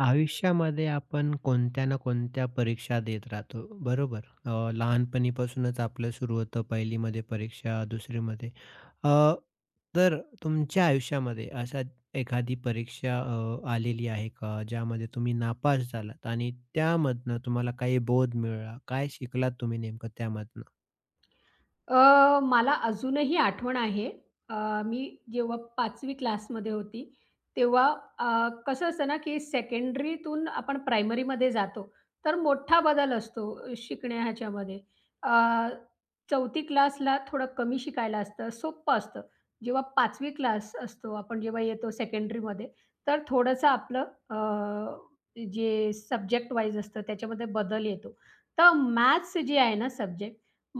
आयुष्यामध्ये आपण कोणत्या ना कोणत्या परीक्षा देत राहतो, बरोबर? लहानपणीपासूनच आपलं सुरू होतं पहिलीमध्ये परीक्षा, दुसरीमध्ये. अ, तर तुमच्या आयुष्यामध्ये अशा एखादी परीक्षा आलेली आहे का, ज्यामध्ये तुम्ही नापास झालात आणि त्यामधनं तुम्हाला काही बोध मिळाला? काय शिकलात तुम्ही नेमकं त्यामधनं? मला अजूनही आठवण आहे. अ, मी जेव्हा 5वी क्लासमध्ये होती, तेव्हा कसं असतं ना, की सेकंडरीतून आपण प्रायमरीमध्ये जातो, तर मोठा बदल असतो शिकण्या ह्याच्यामध्ये. अ, 4थी क्लासला थोडं कमी शिकायला असतं, सोपं असतं. जेव्हा पाचवी क्लास असतो, आपण जेव्हा येतो सेकंडरीमध्ये, तर थोडंसं आपलं अ, जे सब्जेक्ट वाईज असतं त्याच्यामध्ये बदल येतो. तर मॅथ्स जे आहे ना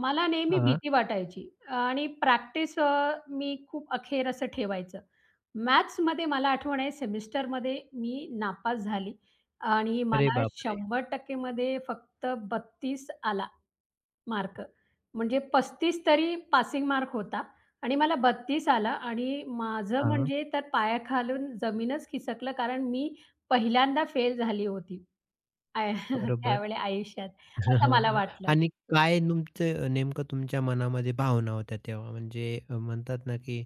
मला नेहमी हां. भीती वाटायची आणि प्रॅक्टिस मी खूप अखेर असं ठेवायचं. मॅथ्समध्ये मला आठवण आहे सेमिस्टरमध्ये मी नापास झाली आणि अरे मला बापरे! 100% मध्ये फक्त 32 आला मार्क. म्हणजे 35 तरी पासिंग मार्क होता आणि मला 32 आला आणि माझं हां, म्हणजे तर पायाखालून जमीनच खिसकलं कारण मी पहिल्यांदा फेल झाली होती. आय बरोबर. त्यावेळी आयुष्यात असं मला हां. वाटलं. आणि काय तुमचं नेमकं तुमच्या मनामध्ये भावना होत्या तेव्हा? म्हणजे म्हणतात ना, की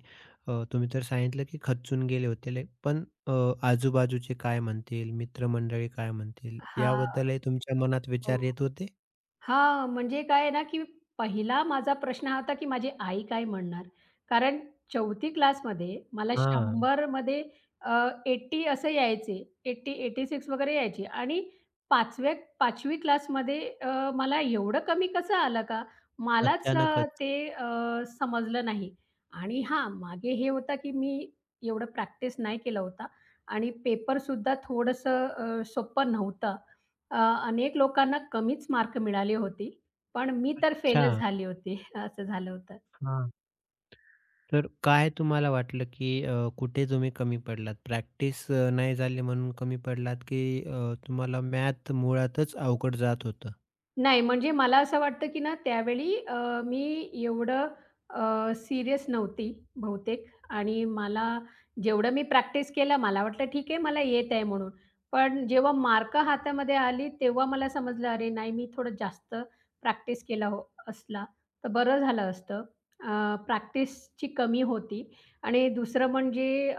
तुम्ही तर सांगितलं, की खचून गेले होते. पण आजूबाजूचे काय म्हणतील, मित्रमंडळी काय म्हणतील, हां. याबद्दलही तुमच्या मनात हो. विचार येत होते? हां, म्हणजे काय आहे ना, की पहिला माझा प्रश्न हा होता, की माझी आई काय म्हणणार? कारण 4थी क्लासमध्ये मला हां. 100 मध्ये अ, 80 असं यायचे. 80, 86 वगैरे यायचे आणि 5व्या 5वी क्लासमध्ये मला एवढं कमी कसं आलं का? मलाच अचानकच. समजलं नाही आणि हां, मागे हे होतं, की मी एवढं प्रॅक्टिस नाही केला होता आणि पेपरसुद्धा थोडंसं सोपं नव्हतं. अ, अनेक लोकांना कमीच मार्क मिळाले होते. पण मी तर अच्छा. फेलच झाली होती. असं झालं होतं. हां. तर काय तुम्हाला वाटलं, की कुठे तुम्ही कमी पडलात? प्रॅक्टिस नाही झाली म्हणून कमी पडलात, की तुम्हाला मॅथ मुळातच अवघड जात होतं? नाही, म्हणजे मला असं वाटतं, की ना त्यावेळी मी एवढं सीरियस नव्हती बहुतेक आणि मला जेवढं मी प्रॅक्टिस केलं, मला वाटलं ठीक आहे मला येत आहे म्हणून. पण जेव्हा मार्क हातामध्ये आली, तेव्हा मला समजलं, अरे नाही मी थोडं जास्त प्रॅक्टिस केला हो असला, तर बरं झालं असतं. प्रॅक्टिसची कमी होती आणि दुसरं म्हणजे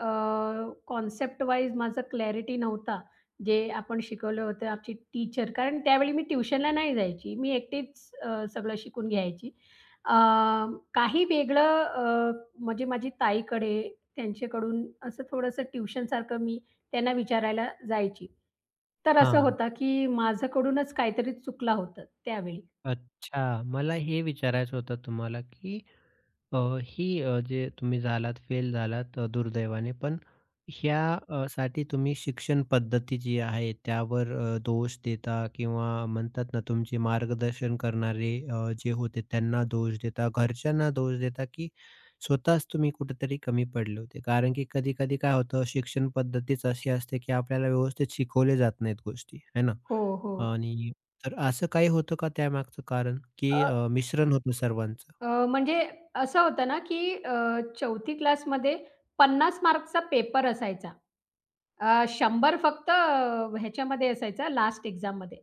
कॉन्सेप्ट वाईज माझं क्लॅरिटी नव्हता जे आपण शिकवलं होतं आमची टीचर कारण त्यावेळी मी ट्युशनला नाही जायची. मी एकटीच सगळं शिकून घ्यायची. अ, काही वेगळं म्हणजे माझी ताईकडे त्यांच्याकडून असं थोडंसं ट्युशनसारखं मी त्यांना विचारायला जायची. तर असं हां. होतं की माझ्याकडूनच काहीतरी चुकला होतं त्यावेळी. अच्छा. मला हे विचारायचं होतं तुम्हाला, की अ, ही जे तुम्ही झालात, फेल झालात दुर्दैवाने, पण ह्या साठी तुम्ही शिक्षण पद्धती जी आहे त्यावर दोष देता किंवा म्हणतात ना, तुमचे मार्गदर्शन करणारे जे होते त्यांना दोष देता, घरच्यांना दोष देता, की स्वतःच तुम्ही कुठेतरी कमी पडले होते? कारण की कधी-कधी काय होतं, शिक्षण पद्धतीच अशी असते, की आपल्याला व्यवस्थित शिकवले जात नाहीत गोष्टी, आहे ना? हो, हो. आणि तर असं काही होतं का त्यामागचं कारण? की मिश्रण होतं सर्वांचं? म्हणजे असं होतं ना, की 4थी क्लासमध्ये 50 मार्कचा पेपर असायचा. 100 फक्त ह्याच्यामध्ये असायचा लास्ट एक्झाममध्ये.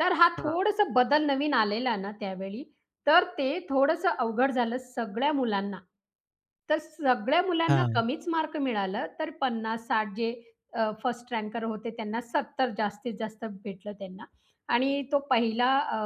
तर हा हां, थोडंसं बदल नवीन आलेला ना त्यावेळी, तर ते थोडंसं अवघड झालं सगळ्या मुलांना. तर सगळ्या मुलांना हां, कमीच मार्क मिळालं, तर 50-60 जे फर्स्ट रँकर होते त्यांना 70 जास्तीत जास्त भेटलं त्यांना आणि तो पहिला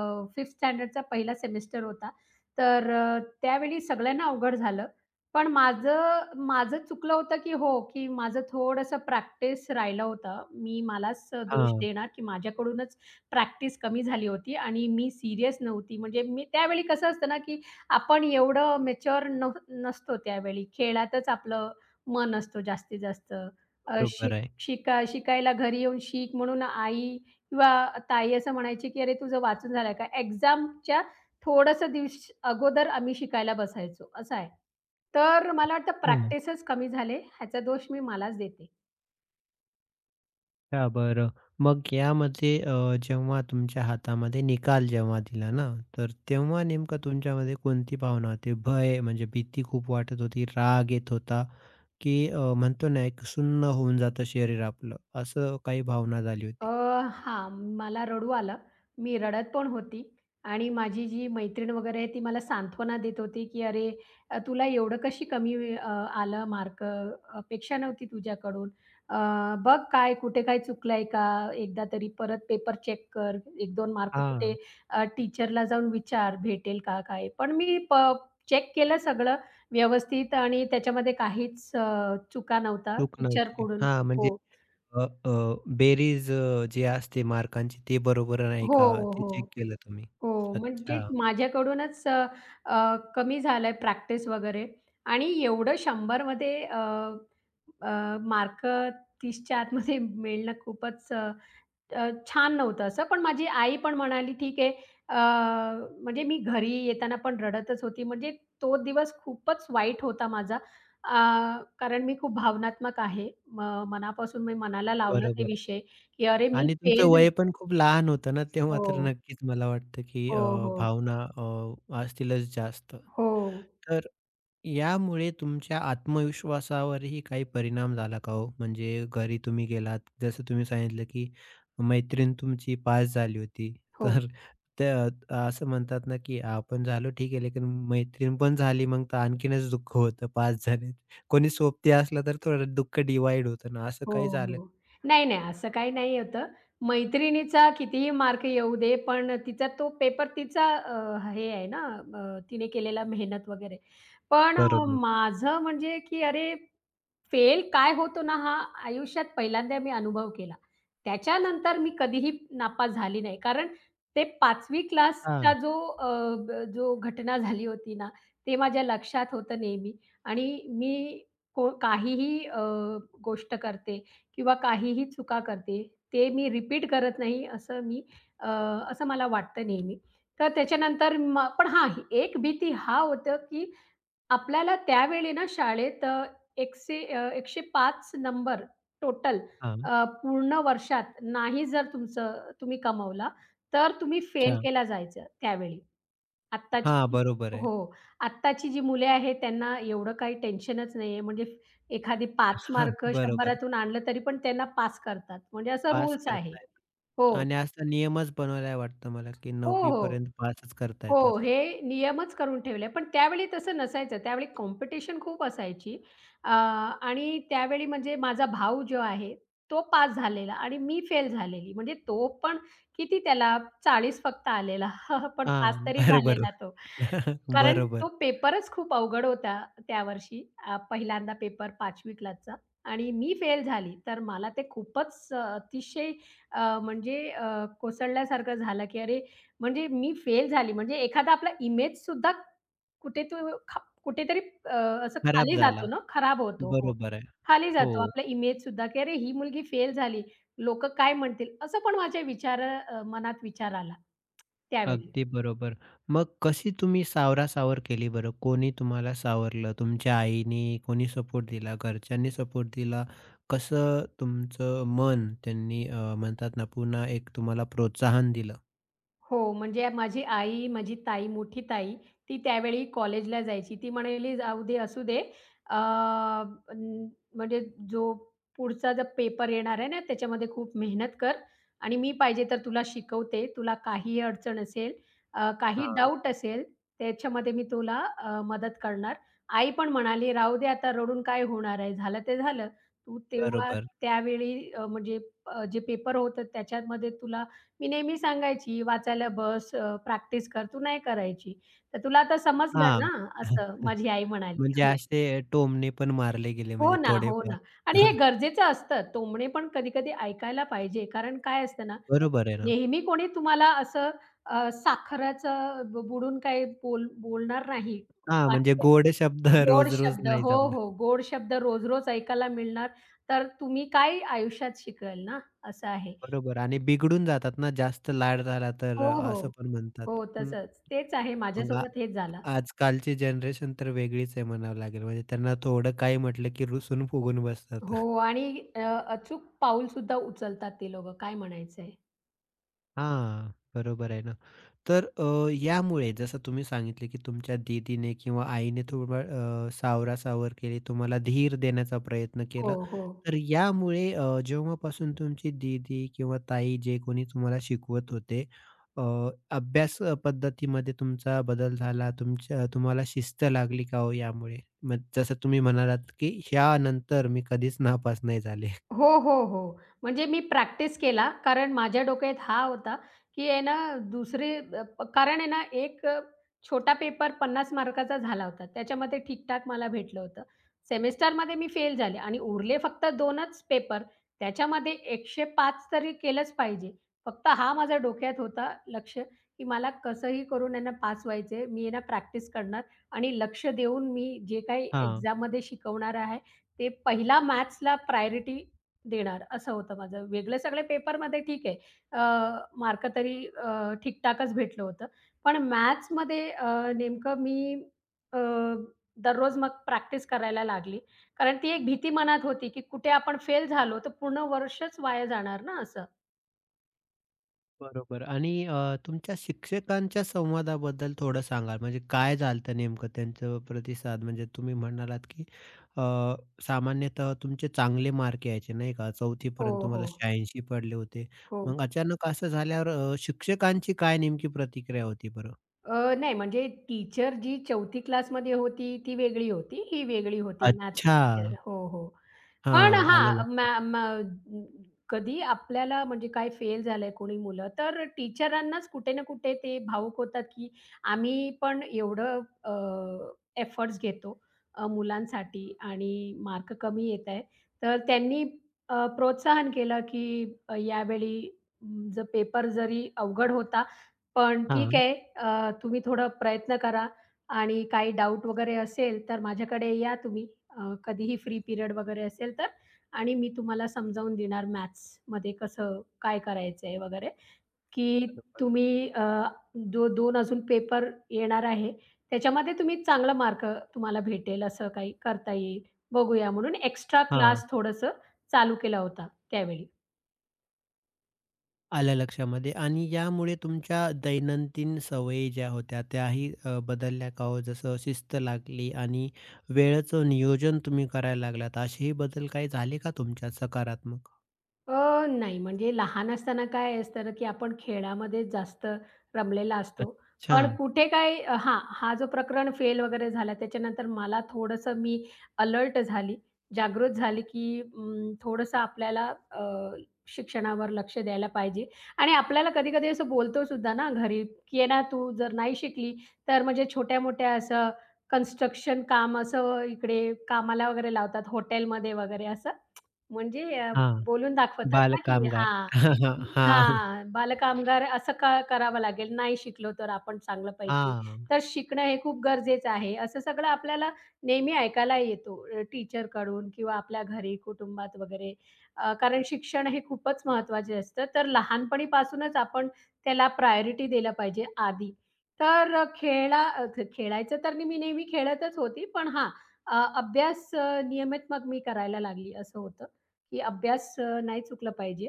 स्टँडर्डचा पहिला सेमेस्टर होता. तर त्यावेळी सगळ्यांना अवघड झालं. पण माझं माझं चुकलं होतं, की हो, की माझं थोडंसं प्रॅक्टिस राहिलं होतं. मी मलाच दोष हां, देणार, की माझ्याकडूनच प्रॅक्टिस कमी झाली होती आणि मी सीरियस नव्हती. म्हणजे मी त्यावेळी कसं असतं ना, की आपण एवढं मॅच्युअर नव नसतो त्यावेळी. खेळातच आपलं मन असतो जास्तीत जास्त. अ, बरोबर शिक आहे. शिका शिकायला घरी येऊन शिक म्हणून आई किंवा ताई असं म्हणायची, की "अरे तुझं वाचून झालं का?" एक्झामच्या थोडंसं दिवस अगोदर आम्ही शिकायला बसायचो, असं आहे. तर मला वाटतं हां, प्रॅक्टिसच कमी झाले, ह्याचा दोष मी मलाच देते. अच्छा बरं. मग यामध्ये जेव्हा तुमच्या हातामध्ये निकाल जेव्हा दिला ना, तर तेव्हा नेमकं तुमच्यामध्ये कोणती भावना होती? भय म्हणजे भीती खूप वाटत होती, राग येत होता, की म्हणतो ना एक सुन्न होऊन जातं शरीर आपलं, असं काही भावना झाली अ, होती? हां, मला रडू आलं. मी रडत पण होती आणि माझी जी मैत्रीण वगैरे आहे ती मला सांत्वना देत होती, की "अरे, तुला एवढं कशी कमी आलं मार्क? अपेक्षा नव्हती तुझ्याकडून. अ, बघ काय कुठे काय चुकलंय का? एकदा तरी परत पेपर चेक कर. एक दोन मार्क कुठे हां, टीचरला जाऊन विचार भेटेल का काय?" पण मी प चेक केलं सगळं व्यवस्थित आणि त्याच्यामध्ये काहीच चुका नव्हता चूक नव्हती. टीचरकडून. हां, म्हणजे हो. अ, अ, बेरीज जी असते मार्कांची ते बरोबर नाही हो, का? हो. ते चेक हो. केलं तुम्ही? हो, म्हणजे अच्छा, माझ्याकडूनच अ, अ, कमी झालाय प्रॅक्टिस वगैरे आणि एवढं 100 मध्ये अ, अ, मार्क 30च्या आतमध्ये मिळणं खूपच अ, अ, छान नव्हतं असं. पण माझी आई पण म्हणाली, "ठीक आहे." अ, म्हणजे मी घरी येताना पण रडतच होती. म्हणजे तो दिवस खूपच वाईट होता माझा. कारण मी खूप भावनात्मक आहे. म मनापासून मी मनाला लावलं ते बरोबर विषय, की "अरे, मी आणि तुमचं फेल" झाले. वय पण खूप लहान होतं ना, तेव्हा तर हो, नक्कीच मला वाटतं, की हो, हो. भावना असतीलच जास्त. हो, तर यामुळे तुमच्या आत्मविश्वासावरही काही परिणाम झाला का हो? म्हणजे घरी तुम्ही गेलात, जसं तुम्ही सांगितलं, की मैत्रीण तुमची पास झाली होती. हो. तर त्या असं म्हणतात ना, की आपण झालो ठीक आहे, लेकिन मैत्रीण पण झाली, मग तर आणखीनच दुःख होतं पास झाले. कोणी सोबती असलं तर थोडं दुःख डिव्हाईड होतं ना, असं हो, काही झालं? हो. नाही, नाही असं काही नाही होतं. मैत्रिणीचा कितीही मार्क येऊ दे, पण तिचा तो पेपर तिचा हे आहे ना, तिने केलेला मेहनत वगैरे. पण बरोबर. माझं म्हणजे की अरे, फेल काय होतो ना, हा आयुष्यात पहिल्यांदा मी अनुभव केला. त्याच्यानंतर मी कधीही नापास झाली नाही. कारण ते 5वी क्लासचा हां, जो अ, ब जो घटना झाली होती ना, ते माझ्या लक्षात होतं नेहमी आणि मी काहीही गोष्ट करते किंवा काहीही चुका करते, ते मी रिपीट करत नाही असं मी अ, असं मला वाटतं नेहमी. तर त्याच्यानंतर मग पण हां, एक भीती हा होतं, की आपल्याला त्यावेळी ना शाळेत 100 105 नंबर टोटल हां. पूर्ण वर्षात नाही जर तुमचं तुम्ही कमवला, तर तुम्ही फेल अच्छा. केला जायचं त्यावेळी. हां, आत्ताची बरोबर आहे. हो, आत्ताची जी मुले आहेत त्यांना एवढं काही टेन्शनच नाहीये. म्हणजे एखादी 5 हां, मार्क 100 बरोबर. आणलं तरी पण त्यांना पास करतात. म्हणजे असा पास रूल्स आहे. करतायेत. हो. आणि असा नियमच बनवलाय वाटतं मला, की हो, 9वी हो. पर्यंत पासच करता हो, येतात. हे नियमच करून ठेवले. पण त्यावेळी तसं नसायचं. त्यावेळी कॉम्पिटिशन खूप असायची आणि त्यावेळी म्हणजे माझा भाऊ जो आहे, तो पास झालेला आणि मी फेल झालेली. म्हणजे तो पण किती त्याला 40 फक्त आलेला. पण हां, पास तरी बरोबर. झालेला तो. कारण बरोबर. तो पेपरच खूप अवघड होता त्या वर्षी. पहिल्यांदा पेपर 5वी क्लासचा आणि मी फेल झाली. तर मला ते खूपच अतिशय अ, म्हणजे अ, कोसळल्यासारखं झालं, की अरे म्हणजे मी फेल झाली म्हणजे एखादा आपला इमेज सुद्धा कुठे तो खा कुठेतरी असं खराब खाली जातो झाला. ना, खराब होतो. हो. बरोबर आहे. खाली हो, जातो आपला इमेज सुद्धा, की "अरे, ही मुलगी फेल झाली. लोक काय म्हणतील?" असं पण मनात विचार आला त्यावेळी. अगदी बरोबर. मग कशी तुम्ही सावरासावर केली बरं? कोणी तुम्हाला सावरलं? तुमच्या आईने कोणी सपोर्ट दिला? घरच्यांनी सपोर्ट दिला? कसं तुमचं मन त्यांनी म्हणतात ना, पुन्हा एक तुम्हाला प्रोत्साहन दिलं? हो, म्हणजे माझी आई, माझी ताई, मोठी ताई, ती त्यावेळी कॉलेजला जायची. ती म्हणाली, "जाऊ दे, असू दे." अ, अं, म्हणजे जो पुढचा जो पेपर येणार आहे ना, त्याच्यामध्ये खूप मेहनत कर आणि मी पाहिजे तर तुला शिकवते. तुला काही अडचण असेल, काही हां, डाऊट असेल, त्याच्यामध्ये मी तुला मदत करणार." आई पण म्हणाली, "राहू दे आता, रडून काय होणार आहे? झालं ते झालं. तू तेव्हा बरोबर. त्यावेळी जे पेपर होतं त्याच्यामध्ये तुला मी नेहमी सांगायची, "वाचायला बस, प्रॅक्टिस कर, तू नाही करायची. तर तुला आता समजलं हां. ना," असं माझी आई म्हणाली. म्हणजे हो. असे टोमणे पण मारले गेले हो म्हणजे ना, हो थोडेफार. ना. आणि हे गरजेचं असतं. टोमणे पण कधी-कधी ऐकायला पाहिजे. कारण काय असतं ना, बरोबर आहे ना. नेहमी कोणी तुम्हाला असं साखरेचं बुडून काही बोलणार नाही हां, म्हणजे वाक्य. गोड शब्द गोड रोज-रोज शब्द नाही हो, जमणार. हो. गोड शब्द रोज-रोज ऐकायला मिळणार, तर तुम्ही काय आयुष्यात शिकाल ना, असं आहे. बरोबर आणि बिघडून जातात ना जास्त लाड झाला तर हो, हो. असं पण म्हणतात. हो, हं. तसंच. तेच आहे. मग माझ्यासोबत हेच झालं. आजकालची जनरेशन तर वेगळीच आहे म्हणावं लागेल. म्हणजे त्यांना थोडं काही म्हटलं की रुसून फुगून बसतात. हो आणि अ, अचूक पाऊल सुद्धा उचलतात ते लोकं. काय म्हणायचंय? हां, बरोबर आहे ना. तर यामुळे जसं तुम्ही सांगितले, की तुमच्या दीदीने किंवा आईने थोडं सावरासावर केली, तुम्हाला धीर देण्याचा प्रयत्न हो, केला. हो. तर यामुळे जेव्हापासून तुमची दीदी किंवा ताई जे कोणी तुम्हाला शिकवत होते, अ, अभ्यास पद्धतीमध्ये तुमचा बदल झाला, तुमच्या तुम्हाला शिस्त लागली का हो यामुळे? मग जसं तुम्ही म्हणालात, की ह्यानंतर मी कधीच नापास नाही झाले. हो, हो, हो. म्हणजे मी प्रॅक्टिस केला कारण माझ्या डोक्यात हा होता, की आहे ना दुसरी अ, कारण आहे ना एक छोटा पेपर 50 मार्काचा झाला होता. त्याच्यामध्ये ठीक-ठाक मला भेटलं होतं. सेमेस्टरमध्ये मी फेल झाले आणि उरले फक्त 2च पेपर. त्याच्यामध्ये 105 तरी केलंच पाहिजे. फक्त हा माझ्या डोक्यात होता लक्ष, की मला कसंही करून आहे ना पास व्हायचंय. मी आहे ना प्रॅक्टिस करणार आणि लक्ष देऊन मी जे काही हां. एक्झाममध्ये शिकवणार आहे, ते पहिला मॅथ्सला प्रायोरिटी देणार असं होतं माझं. वेगळे सगळे पेपरमध्ये ठीक आहे. अ, मार्क तरी ठीकठाकच भेटलं होतं. पण मॅथ्समध्ये अ, नेमकं मी अ, दररोज मग प्रॅक्टिस करायला लागली. कारण ती एक भीती मनात होती, की कुठे आपण फेल झालो तर पूर्ण वर्षच वाया जाणार ना असं. बरोबर आणि तुमच्या शिक्षकांच्या संवादाबद्दल थोडं सांगाल, म्हणजे काय झालं नेमकं त्यांचं प्रतिसाद? म्हणजे तुम्ही म्हणालात, की अ, सामान्यतः तुमचे चांगले मार्क यायचे नाही का, 4थी हो, पर्यंत हो. तुम्हाला 86 पडले होते. हो. मग अचानक असं झाल्यावर शिक्षकांची काय नेमकी प्रतिक्रिया होती बरं? नाही म्हणजे टीचर जी 4थी क्लासमध्ये होती, ती वेगळी होती. ही वेगळी होती मॅथ्स अच्छा. टीचर. हो, हो. पण हां, आलं हां, मॅ लक्षात. मॅ कधी आपल्याला म्हणजे काय फेल झालंय कोणी मुलं, तर टीचरांनाच कुठे ना कुठे ते भावूक होतात, की आम्ही पण एवढं एफर्ट्स घेतो मुलांसाठी आणि मार्क कमी येत आहे. तर त्यांनी प्रोत्साहन केलं, की यावेळी जर पेपर जरी अवघड होता पण ठीक हां, आहे. तुम्ही थोडं प्रयत्न करा आणि काही डाउट वगैरे असेल, तर माझ्याकडे या तुम्ही कधीही फ्री पिरियड वगैरे असेल तर आणि मी तुम्हाला समजावून देणार मॅथ्समध्ये कसं काय करायचं आहे वगैरे, की बरं. तुम्ही जो 2 अजून पेपर येणार आहे, त्याच्यामध्ये तुम्ही चांगला मार्क तुम्हाला भेटेल असं काही करता येईल, बघूया म्हणून एक्स्ट्रा क्लास थोडंसं चालू केला होता त्यावेळी. आलं लक्षामध्ये आणि यामुळे तुमच्या दैनंदिन सवयी ज्या होत्या त्याही बदलल्या का हो? जसं शिस्त लागली आणि वेळेचं नियोजन तुम्ही करायला लागलात. असेही बदल काही झाले का तुमच्यात सकारात्मक? नाही, म्हणजे लहान असताना काय असतं ना, की आपण खेळामध्ये जास्त रमलेला असतो. अच्छा. पण कुठे काय हां, हा जो प्रकरण फेल वगैरे झाला त्याच्यानंतर मला थोडंसं मी अलर्ट झाली, जागृत झाली, की अं, थोडंसं आपल्याला अ, शिक्षणावर लक्ष द्यायला पाहिजे आणि आपल्याला कधी-कधी असं बोलतो सुद्धा ना घरी, की "ये ना, तू जर नाही शिकली तर" म्हणजे छोट्या-मोठ्या असं कन्स्ट्रक्शन काम असं इकडे कामाला वगैरे लावतात हॉटेलमध्ये वगैरे असं म्हणजे हां. बोलून दाखवतात ना, की बालकामगार. हां, हां. हां. हां, बालकामगार असं का करावं लागेल, नाही शिकलो तर आपण चांगलं पैकी. हां. तर शिकणं हे खूप गरजेचं आहे. असं सगळं आपल्याला नेहमी ऐकायला येतो टीचरकडून किंवा आपल्या घरी, कुटुंबात वगैरे. कारण शिक्षण हे खूपच महत्त्वाचे असतं. तर लहानपणीपासूनच आपण त्याला प्रायोरिटी दिलं पाहिजे आधी. तर अ, खेळा अ, ख खेळायचं तर मी नेहमी खेळतच होती. पण हां, अभ्यास नियमित मग मी करायला लागली, असं होतं. की अभ्यास नाही चुकला पाहिजे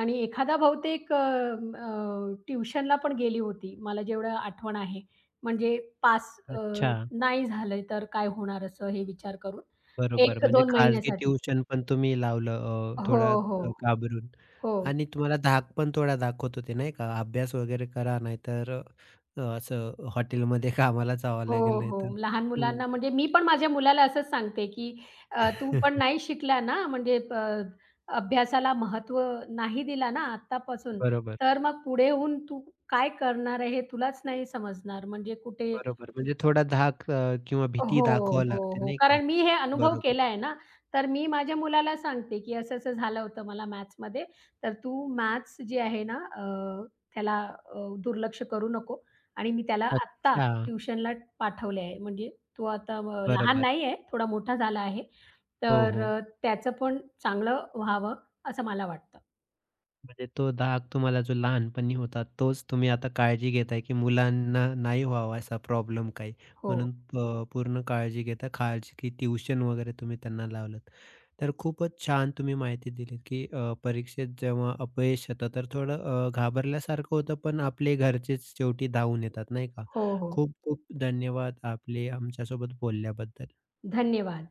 आणि एखादा बहुतेक अ, अ, ट्युशनला पण गेली होती, मला जेवढं आठवण आहे. म्हणजे पास अ, अच्छा. नाही झाले तर काय होणार असं हे विचार करून बरोबर. म्हणजे 1-2 खाजगी महिन्यासाठी. ट्यूशन पण तुम्ही लावलं हो, थोडं हो. घाबरून हो, आणि तुम्हाला धाक पण थोडा दाखवत होते नाही का? अभ्यास वगैरे करा नाहीतर असं हॉटेलमध्ये कामाला जावं हो, लागेल नाहीतर. हो. लहान हं. मुलांना म्हणजे मी पण माझ्या मुलाला असंच सांगते, की "तू पण नाही शिकला ना, म्हणजे अभ्यासाला महत्त्व नाही दिला ना आत्तापासून, बरोबर, तर मग पुढे होऊन तू काय करणार आहे हे तुलाच नाही समजणार. म्हणजे कुठे बरोबर. म्हणजे थोडा धाक किंवा भीती हो, दाखवावी हो, लागते हो. नाही का? कारण मी हे अनुभव बरोबर. केलाय ना, तर मी माझ्या मुलाला सांगते, की असं-असं झालं होतं मला मॅथ्समध्ये, तर तू मॅथ्स जे आहे ना त्याला दुर्लक्ष करू नको आणि मी त्याला आत्ता अच्छा. ट्युशनला पाठवले आहे. म्हणजे तो आता लहान बरोबर. नाही आहे, थोडा मोठा झाला आहे. हो, तर हो. त्याचं पण चांगलं व्हावं असं मला वाटतं. म्हणजे तो धाक तुम्हाला जो लहानपणी होता, तोच तुम्ही आता काळजी घेताय, की मुलांना नाही व्हावा असा प्रॉब्लेम काही. हो, म्हणून पूर्ण काळजी घेता, खाजगी ट्यूशन वगैरे तुम्ही त्यांना लावलत. तर खूपच छान तुम्ही माहिती दिलीत, की परीक्षेत जेव्हा अपयश येतं, तर थोडं घाबरल्यासारखं होतं, पण आपले घरचेच शेवटी धावून येतात, नाही का? हो, हो. खूप खूप धन्यवाद आपले आमच्यासोबत बोलल्याबद्दल. धन्यवाद.